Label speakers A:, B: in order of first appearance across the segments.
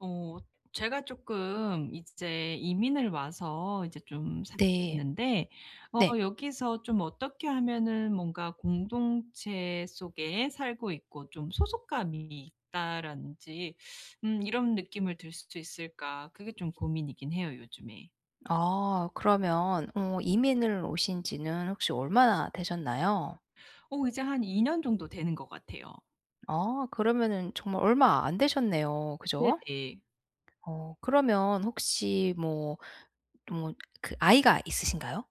A: 어 제가 조금 이제 이민을 와서 이제 좀 살고
B: 네.
A: 있는데
B: 네.
A: 여기서 좀 어떻게 하면은 뭔가 공동체 속에 살고 있고 좀 소속감이 있다라는지 이런 느낌을 들 수 있을까 그게 좀 고민이긴 해요 요즘에.
B: 아 그러면 이민을 오신 지는 혹시 얼마나 되셨나요?
A: 이제 한 2년 정도 되는 것 같아요.
B: 아 그러면은 정말 얼마 안 되셨네요. 그죠?
A: 네네.
B: 어 그러면 혹시 뭐 뭐 그 아이가 있으신가요?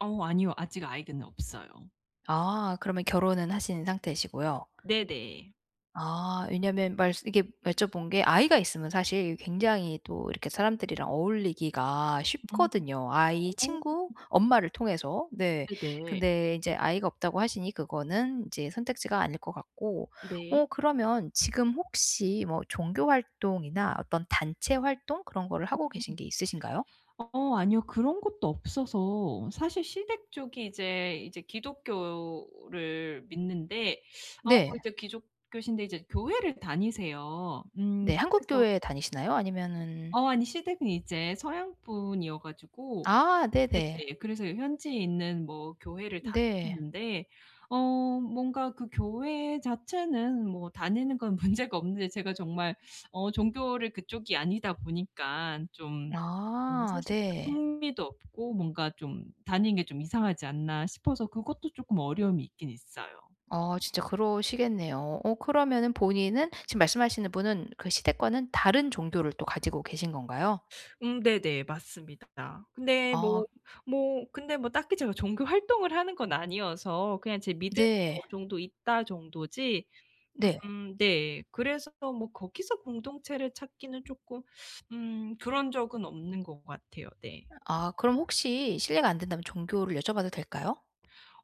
A: 어 아니요. 아직 아이는 없어요.
B: 아 그러면 결혼은 하신 상태시고요.
A: 네네.
B: 아 왜냐면 말 이게 여쭤본 게 아이가 있으면 사실 굉장히 또 이렇게 사람들이랑 어울리기가
A: 음.
B: 쉽거든요. 아이,
A: 어
B: 친구, 엄마를 통해서. 네.
A: 네네.
B: 근데 이제 아이가 없다고 하시니 그거는 이제 선택지가 아닐 것 같고
A: 네.
B: 그러면 지금 혹시 뭐 종교 활동이나 어떤 단체 활동 그런 거를 하고 계신 게 있으신가요?
A: 어 아니요. 그런 것도 없어서 사실 시댁 쪽이 이제 기독교를 믿는데 어
B: 네.
A: 이제 기독교신데 이제 교회를 다니세요.
B: 네. 한국
A: 그래서
B: 교회 다니시나요? 아니면은
A: 어 아니 시댁은 이제 서양 분이어 가지고
B: 아 네네.
A: 네네. 그래서 현지에 있는 뭐 교회를
B: 네.
A: 다니시는데 어 뭔가 그 교회 자체는 뭐 다니는 건 문제가 없는데 제가 정말 종교를 그쪽이 아니다 보니깐 좀
B: 아
A: 사실 좀
B: 네.
A: 흥미도 없고 뭔가 좀 다니는 게 좀 이상하지 않나 싶어서 그것도 쪼끔 어려움이 있긴 있어요.
B: 진짜 그러시겠네요. 그러면은 본인은 지금 말씀하시는 분은 그 시댁과는 다른 종교를 또 가지고 계신 건가요?
A: 네네. 맞습니다. 근데
B: 아
A: 뭐 근데 뭐 딱히 제가 종교 활동을 하는 건 아니어서 그냥 제 믿음이 어느
B: 네.
A: 정도 있다 정도지
B: 네.
A: 네. 그래서 뭐 거기서 공동체를 찾기는 쪼끔 그런 적은 없는 것 같아요. 네.
B: 아 그럼 혹시 실례가 안 된다면 종교를 여쭤봐도 될까요?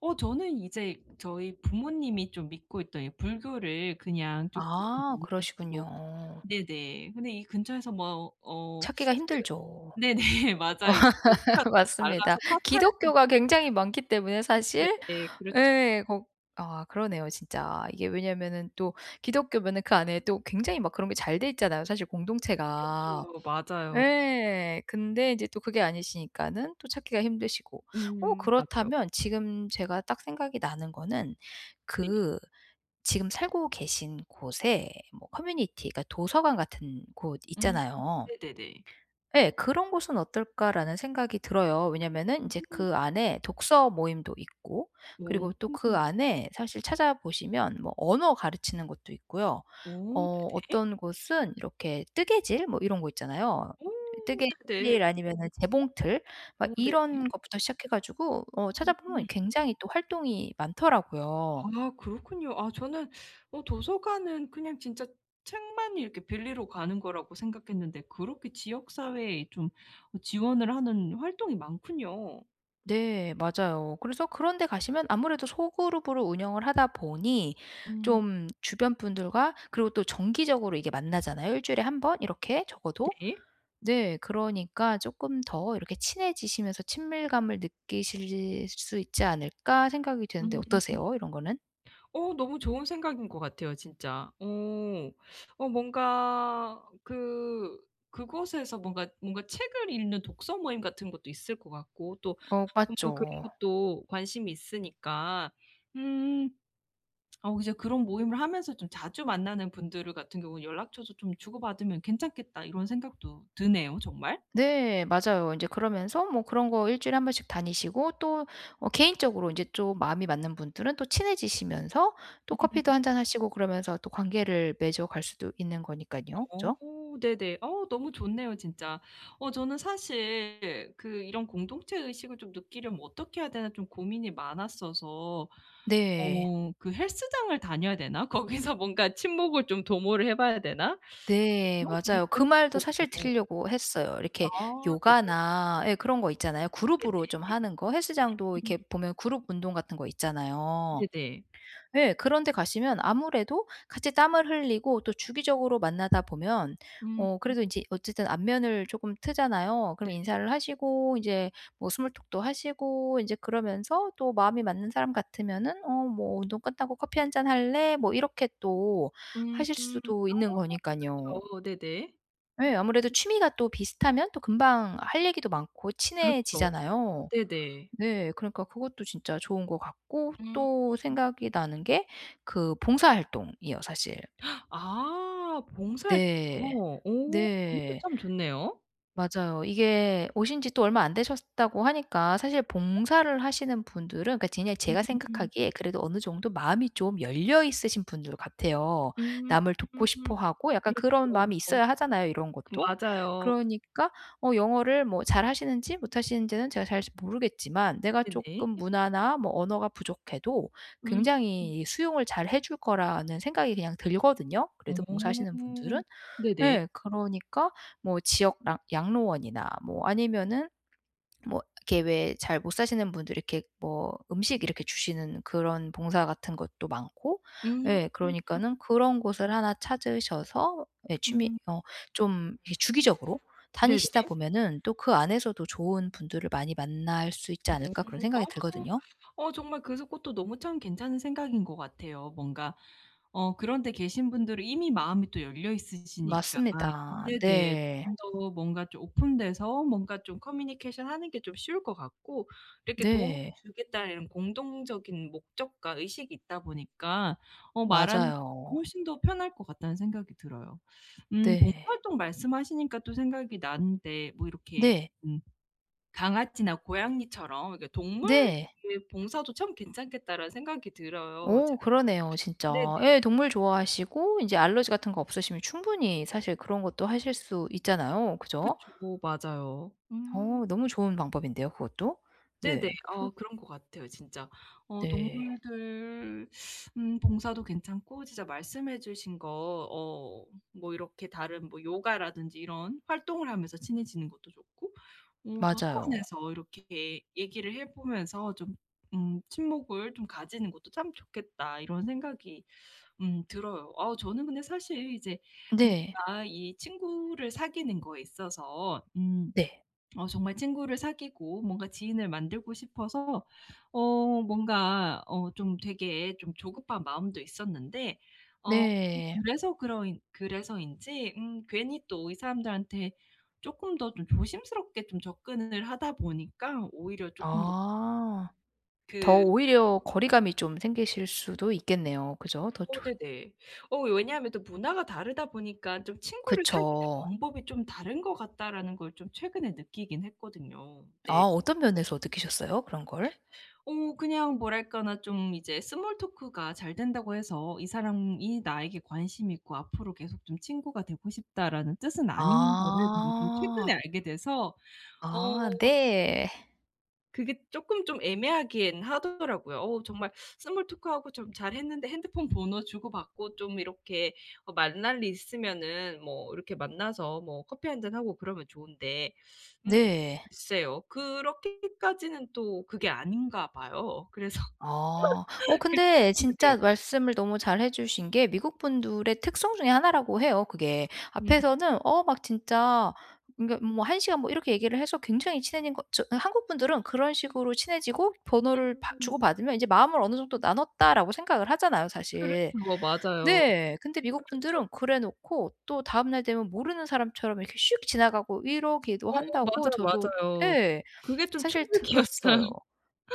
A: 저는 이제 저희 부모님이 좀 믿고 있던 이 불교를 그냥 쪼끔
B: 아
A: 어느
B: 그러시군요.
A: 정도
B: 어,
A: 네네. 근데 이 근처에서 뭐 어
B: 찾기가
A: 제가
B: 힘들죠.
A: 네네. 맞아요. 이제 한국과는 좀
B: 맞습니다.
A: 달라서 사찰을 좀
B: 기독교가 굉장히 많기 때문에 사실
A: 네네. 그렇죠,
B: 예 거 아 그러네요 진짜. 이게 왜냐면은 또 기독교면은 그 안에 또 굉장히 막 그런 게 잘 돼 있잖아요 사실 공동체가.
A: 그렇죠. 맞아요.
B: 예. 근데 이제 또 그게 아니시니까는 또 찾기가 힘드시고.
A: 맞아요.
B: 그렇다면 지금 제가 딱 생각이 나는 거는
A: 네.
B: 그 지금 살고 계신 곳에 뭐 커뮤니티 그러니까 도서관 같은 곳
A: 음
B: 있잖아요.
A: 네네네.
B: 예. '그런 곳은 어떨까.'라는 생각이 들어요. 왜냐면은 이제
A: 음.
B: 그 안에 독서 모임도 있고
A: 오.
B: 그리고 또 그 안에 사실 찾아보시면 뭐 언어 가르치는 것도 있고요. 어
A: 오 네네.
B: 어떤 곳은 이렇게 뜨개질 뭐 이런 거 있잖아요.
A: 오 네네.
B: 뜨개질 아니면은 재봉틀 막
A: 오 네네.
B: 이런 것부터 시작해 가지고 찾아보면
A: 음.
B: 굉장히 또 활동이 많더라고요.
A: 아 그렇군요. 아 저는 도서관은 그냥 진짜 책만 이렇게 빌리러 가는 거라고 생각했는데 그렇게 지역 사회에 좀 지원을 하는 활동이 많군요.
B: 네 맞아요. 그래서 그런 데 가시면 아무래도 소그룹으로 운영을 하다 보니
A: 음
B: 좀 주변 분들과 그리고 또 정기적으로 이게 만나잖아요. 일 주일에 한 번 이렇게 적어도.
A: 네.
B: 네 그러니까 조금 더 이렇게 친해지시면서 친밀감을 느끼실 수 있지 않을까?' 생각이 드는데
A: 음.
B: 어떠세요? 이런 거는?
A: 너무 좋은 생각인 것 같아요 진짜. 어. 뭔가 그 그곳에서 뭔가 책을 읽는 독서 모임 같은 것도 있을 것 같고 또
B: 어
A: 뭔가 그런
B: 맞죠.
A: 것도 관심이 있으니까. 음. 이제 그런 모임을 하면서 좀 자주 만나는 분들 같은 경우는 연락처도 좀 주고받으면 괜찮겠다 이런 생각도 드네요 정말.
B: 네. 맞아요. 이제 그러면서 뭐 그런 거 일 주일에 한 번씩 다니시고 또 개인적으로 인제 좀 마음이 맞는 분들은 또 친해지시면서 또
A: 음.
B: 커피도 한잔 하시고 그러면서 또 관계를 맺어갈 수도 있는 거니깐요.
A: 어
B: 그죠?
A: 네네. 너무 좋네요 진짜. 저는 사실 그 이런 공동체 의식을 좀 느끼려면 어떻게 해야 되나 좀 고민이 많았어서
B: 네.
A: 어 그 '헬스장을 다녀야 되나? 거기서 뭔가 친목을 좀 도모를 해 봐야 되나?'
B: 네.
A: 이런 고민도
B: 맞아요. 그 말도 사실
A: 했었거든요.
B: 드리려고 했어요.
A: 아
B: 이렇게
A: 네네.
B: 요가나 예 그런 거 있잖아요. 그룹으로
A: 네네.
B: 좀 하는 거 헬스장도 이렇게 보면 그룹 운동 같은 거 있잖아요.
A: 네네.
B: 예. 그런 데 가시면 아무래도 같이 땀을 흘리고 또 주기적으로 만나다 보면
A: 음
B: 그래도 인제 어쨌든 안면을 조금 트잖아요. 그럼
A: 네네.
B: 인사를 하시고 인제 뭐 스몰 톡도 하시고 인제 그러면서 또 마음이 맞는 사람 같으면은 "어 뭐 운동 끝나고 커피 한 잔 할래?" 뭐 이렇게 또
A: 음.
B: 하실 수도 있는
A: 어
B: 거니깐요.
A: 그렇죠. 네네.
B: 예. 아무래도 취미가 또 비슷하면 또 금방 할 얘기도 많고
A: 그렇죠.
B: 친해지잖아요.
A: 네네.
B: 네. 그러니까 그것도 진짜 좋은 것 같고
A: 음.
B: 또 생각이 나는 게 그 봉사활동이에요 사실.
A: 아
B: 네.
A: 봉사활동이요? 오 그것도
B: 네.
A: 참 좋네요.
B: 맞아요. 이게 오신 지 또 얼마 안 되셨다고 하니까 사실 봉사를 하시는 분들은 그러니까 그냥 제가
A: 음.
B: 생각하기에 그래도 어느 정도 마음이 좀 열려 있으신 분들 같아요.
A: 음.
B: 남을 돕고 싶어 하고 약간 그런 마음이
A: 그렇죠.
B: 있어야 하잖아요, 이런
A: 그
B: 것도.
A: 맞아요.
B: 그러니까 영어를 뭐 잘하시는지 못하시는지는 제가 잘 모르겠지만 내가 조금
A: 네네.
B: 문화나 뭐 언어가 부족해도
A: 음.
B: 굉장히 수용을 잘해 줄 거라는 생각이 그냥 들거든요,
A: 어.
B: 그래도 봉사하시는 분들은.
A: 네네.
B: 예. 그러니까 뭐 지역 랑 양로원이나 뭐 아니면은 뭐 이렇게 왜 잘 못 사시는 분들이 이렇게 뭐 음식 이렇게 주시는 그런 봉사 같은 것도 많고
A: 음.
B: 예 그러니까는 그런 곳을 하나 찾으셔서 예 취미
A: 음.
B: 어 좀 이렇게 주기적으로
A: 네네.
B: 다니시다 보면은 또 그 안에서도 좋은 분들을 많이 만날 수 있지 않을까 그런 생각이
A: 어.
B: 들거든요.
A: 정말 그래서 그것도 너무 참 괜찮은 생각인 것 같아요. 뭔가 그런 데 계신 분들은 이미 마음이 또 열려 있으시니까
B: 맞습니다.
A: 네네.
B: 네.
A: 좀 더 뭔가 좀 오픈돼서 뭔가 좀 커뮤니케이션 하는 게 좀 쉬울 것 같고 이렇게 도움을
B: 네.
A: 주겠다는 이런 공동적인 목적과 의식이 있다 보니까 말하는 것도
B: 맞아요.
A: 훨씬 더 편할 것 같다는 생각이 들어요.
B: 네.
A: 봉사활동 말씀하시니까 또 생각이 나는데 뭐 이렇게
B: 네.
A: 음 강아지나 고양이처럼 이렇게 동물
B: 네.
A: 이렇게 봉사도 참 괜찮겠다라는 생각이 들어요.
B: 오
A: 제가 또
B: 그러네요
A: 네네.
B: 진짜. 예 동물 좋아하시고 이제 알러지 같은 거 없으시면 충분히 사실 그런 것도 하실 수 있잖아요. 그죠?
A: 그쵸. 어, 맞아요. 음.
B: 너무 좋은 방법인데요 그것도.
A: 네네.
B: 네. 그
A: 그런 것 같아요 진짜. 어
B: 네.
A: 동물들 봉사도 괜찮고 진짜 말씀해 주신 거 어 뭐 이렇게 다른 뭐 요가라든지 이런 활동을 하면서 친해지는 것도 좋고
B: 맞아요.
A: 도서관에서 이렇게 얘기를 해 보면서 좀 '친목을 좀 가지는 것도 참 좋겠다.' 이런 생각이 들어요. 아 저는 근데 사실 이제
B: 네.
A: 뭔가 이 친구를 사귀는 거에 있어서
B: 네.
A: 정말 친구를 사귀고 뭔가 지인을 만들고 싶어서 어 뭔가 어 좀 되게 좀 조급한 마음도 있었는데 어 또
B: 네.
A: 그래서인지 괜히 또 이 사람들한테 조금 더 좀 조심스럽게 좀 접근을 하다 보니까 오히려 조금 더
B: 아. 더
A: 그
B: 오히려 거리감이 좀 생기실 수도 있겠네요. 그죠? 더
A: 어
B: 좋
A: 네네. 왜냐하면 또 문화가 다르다 보니까 좀 '친구를 사귀는
B: 그쵸.
A: 방법이 좀 다른 것 같다.'라는 걸 좀 최근에 느끼긴 했거든요.
B: 아
A: 네.
B: 어떤 면에서 느끼셨어요? 그런 걸?
A: 그냥 뭐랄까나 좀 이제 스몰 토크가 잘 된다고 해서 '이 사람이 나에게 관심 있고 앞으로 계속 좀 친구가 되고 싶다.'라는 뜻은 아닌 거를 제가 좀
B: 아.
A: 최근에 알게 돼서 어
B: 아 네.
A: 그게 쪼끔 좀 애매하긴 하더라고요. 정말 스몰 토크하고 좀 잘했는데 핸드폰 번호 주고받고 좀 이렇게 만날 일 있으면은 뭐 이렇게 만나서 뭐 커피 한잔 하고 그러면 좋은데 음
B: 네.
A: 글쎄요. 그렇게까지는 또 그게 아닌가 봐요. 그래서
B: 아.
A: 그
B: 근데
A: 네네.
B: 진짜 말씀을 너무 잘해 주신 게 미국 분들의 특성 중에 하나라고 해요 그게. 앞에서는 어 막 진짜 그러니까 뭐 한 시간 뭐 이렇게 얘기를 해서 굉장히 친해진 거 저 한국 분들은 그런 식으로 친해지고
A: 음.
B: 주고받으면 이제 '마음을 어느 정도 나눴다.'라고 생각을 하잖아요 사실.
A: 그렇죠. 뭐 맞아요.
B: 네. 근데 미국
A: 그렇죠.
B: 분들은 그래 놓고 또 다음 날 되면 모르는 사람처럼 이렇게 슉 지나가고 이러기도
A: 어
B: 한다고
A: 맞아요,
B: 저도
A: 맞아요.
B: 예.
A: 그게 좀
B: 사실
A: 충격이었어요.
B: 들었어요.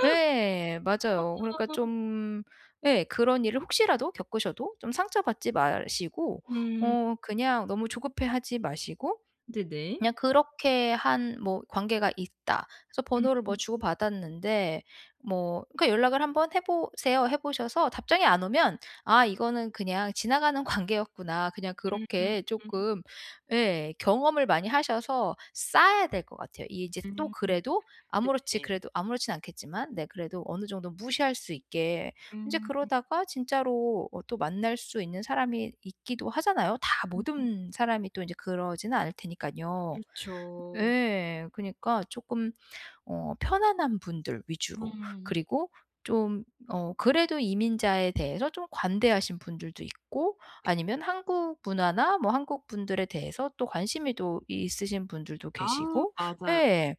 B: 예. 맞아요. 그러니까 좀 예 그런 일을 혹시라도 겪으셔도 좀 상처받지 마시고
A: 음.
B: 그냥 너무 조급해하지 마시고
A: 네네.
B: 그냥 그렇게 한 뭐 관계가 있다. 그래서
A: 음.
B: 번호를 뭐 주고받았는데 뭐 그러니까 연락을 한번 해 보세요. 해 보셔서 답장이 안 오면 '아 이거는 그냥 지나가는 관계였구나.' 그냥 그렇게 조금 예 경험을 많이 하셔서 쌓아야 될 것 같아요. 이 이제 또
A: 음.
B: 그래도 아무렇지
A: 네네.
B: 그래도 아무렇진 않겠지만 네 그래도 어느 정도 무시할 수 있게 이제
A: 음.
B: 그러다가 진짜로 또 만날 수 있는 사람이 있기도 하잖아요. 다 모든 사람이 또 이제 그러지는 않을 테니까요
A: 그렇죠.
B: 예. 그니까 러 조금 편안한 분들 위주로
A: 음.
B: 그리고 좀 그래도 이민자에 대해서 좀 관대하신 분들도 있고 아니면 한국 문화나 뭐 한국 분들에 대해서 또 관심이 또 있으신 분들도
A: 아
B: 계시고
A: 맞아요.
B: 예.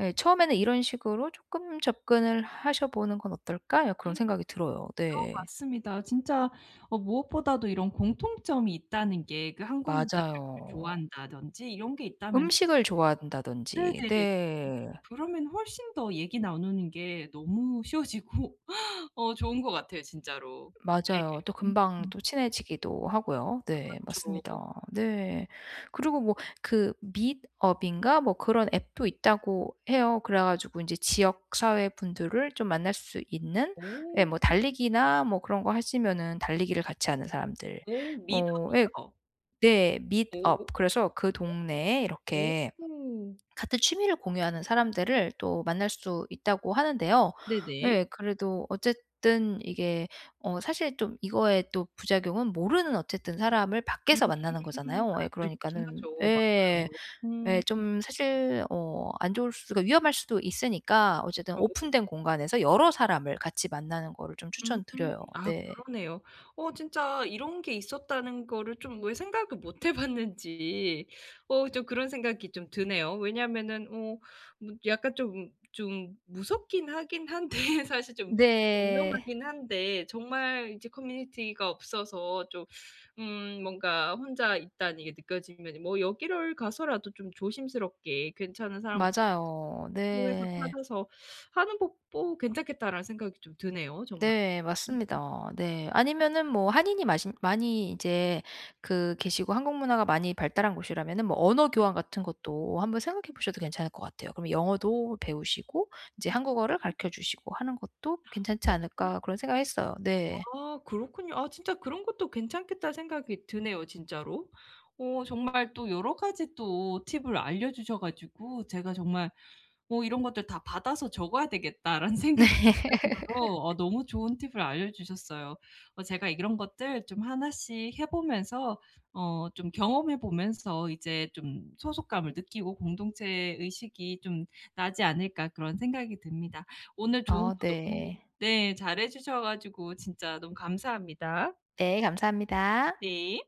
B: 예. '처음에는 이런 식으로 조금 접근을 하셔 보는 건 어떨까?' 예 그런
A: 음
B: 생각이 들어요. 네.
A: 맞습니다. 진짜 무엇보다도 이런 공통점이 있다는 게 그 한국 문화를
B: 맞아요.
A: 좋아한다든지 이런 게 있다면
B: 음식을 좋아한다든지
A: 네네.
B: 네.
A: 그러면 훨씬 더 얘기 나누는 게 너무 쉬워지고 좋은 것 같아요 진짜로. 네.
B: 맞아요. 또 금방
A: 음
B: 또 친해지기도 하고요. 네.
A: 그쵸.
B: 맞습니다. 네. 그리고 뭐 그 meetup인가 뭐 그런 앱도 있다고 해요. 그래 가지고 인제 지역 사회 분들을 좀 만날 수 있는 예
A: 오.
B: 뭐 달리기나 뭐 그런 거 하시면은 달리기를 같이 하는 사람들
A: 오 믿어.
B: 뭐 예
A: 믿어.
B: 네
A: 이요
B: meetup
A: 오.
B: 그래서 그 동네에 이렇게
A: 오.
B: 같은 취미를 공유하는 사람들을 또 만날 수 있다고 하는데요.
A: 네네.
B: 예 그래도 어쨌든 이게 사실 좀 이거의 또 부작용은 모르는 어쨌든 사람을
A: 음.
B: 밖에서 만나는 거잖아요. 예
A: 아 그렇긴
B: 그러니까는
A: 하죠.
B: 예.
A: 맞아요.
B: 예
A: 음.
B: 좀 사실 어 안 좋을 수가 위험할 수도 있으니까 어쨌든
A: 저
B: 오픈된 공간에서 여러 사람을 같이 만나는 거를 좀
A: 음.
B: 추천드려요.
A: 아
B: 네.
A: 그러네요. 진짜 이런 게 있었다는 거를 좀 왜 생각을 못해 봤는지 좀 그런 생각이 좀 드네요. 왜냐하면은 어 뭐 약간 좀 무섭긴 하긴 한데 사실 좀
B: 네.
A: 위험하긴 한데 정말 이제 커뮤니티가 없어서 좀 뭔가 혼자 있다는 게 느껴지면 뭐 여기를 가서라도 좀 조심스럽게 괜찮은 사람
B: 맞아요.
A: 해서
B: 네.
A: 찾아서 하는 법도 괜찮겠다라는 생각이 좀 드네요 정말.
B: 네.
A: 음.
B: 맞습니다. 네. 아니면은 뭐 한인이 마신 많이 이제 그 계시고 한국 문화가 많이 발달한 곳이라면은 뭐 언어 교환 같은 것도 한번 생각해 보셔도 괜찮을 것 같아요. 그럼 영어도 배우시고 이제 한국어를 가르쳐 주시고 하는 것도 '괜찮지 않을까.' 그런 생각 했어요. 네.
A: 아 그렇군요. 아 진짜 그런 것도 괜찮겠다 생각이 드네요 진짜로. 정말 또 여러 가지 또 팁을 알려 주셔 가지고 제가 정말 뭐 이런 것들 다 받아서 적어야 되겠다.'라는
B: 네.
A: 생각이 들 정도로 너무 좋은 팁을 알려주셨어요. 제가 이런 것들 좀 하나씩 해 보면서 좀 경험해 보면서 이제 좀 소속감을 느끼고 공동체 의식이 좀 나지 않을까 그런 생각이 듭니다. 오늘 조언도
B: 어
A: 너무
B: 네.
A: 네 잘해 주셔 가지고 진짜 너무 감사합니다.
B: 네. 감사합니다.
A: 네.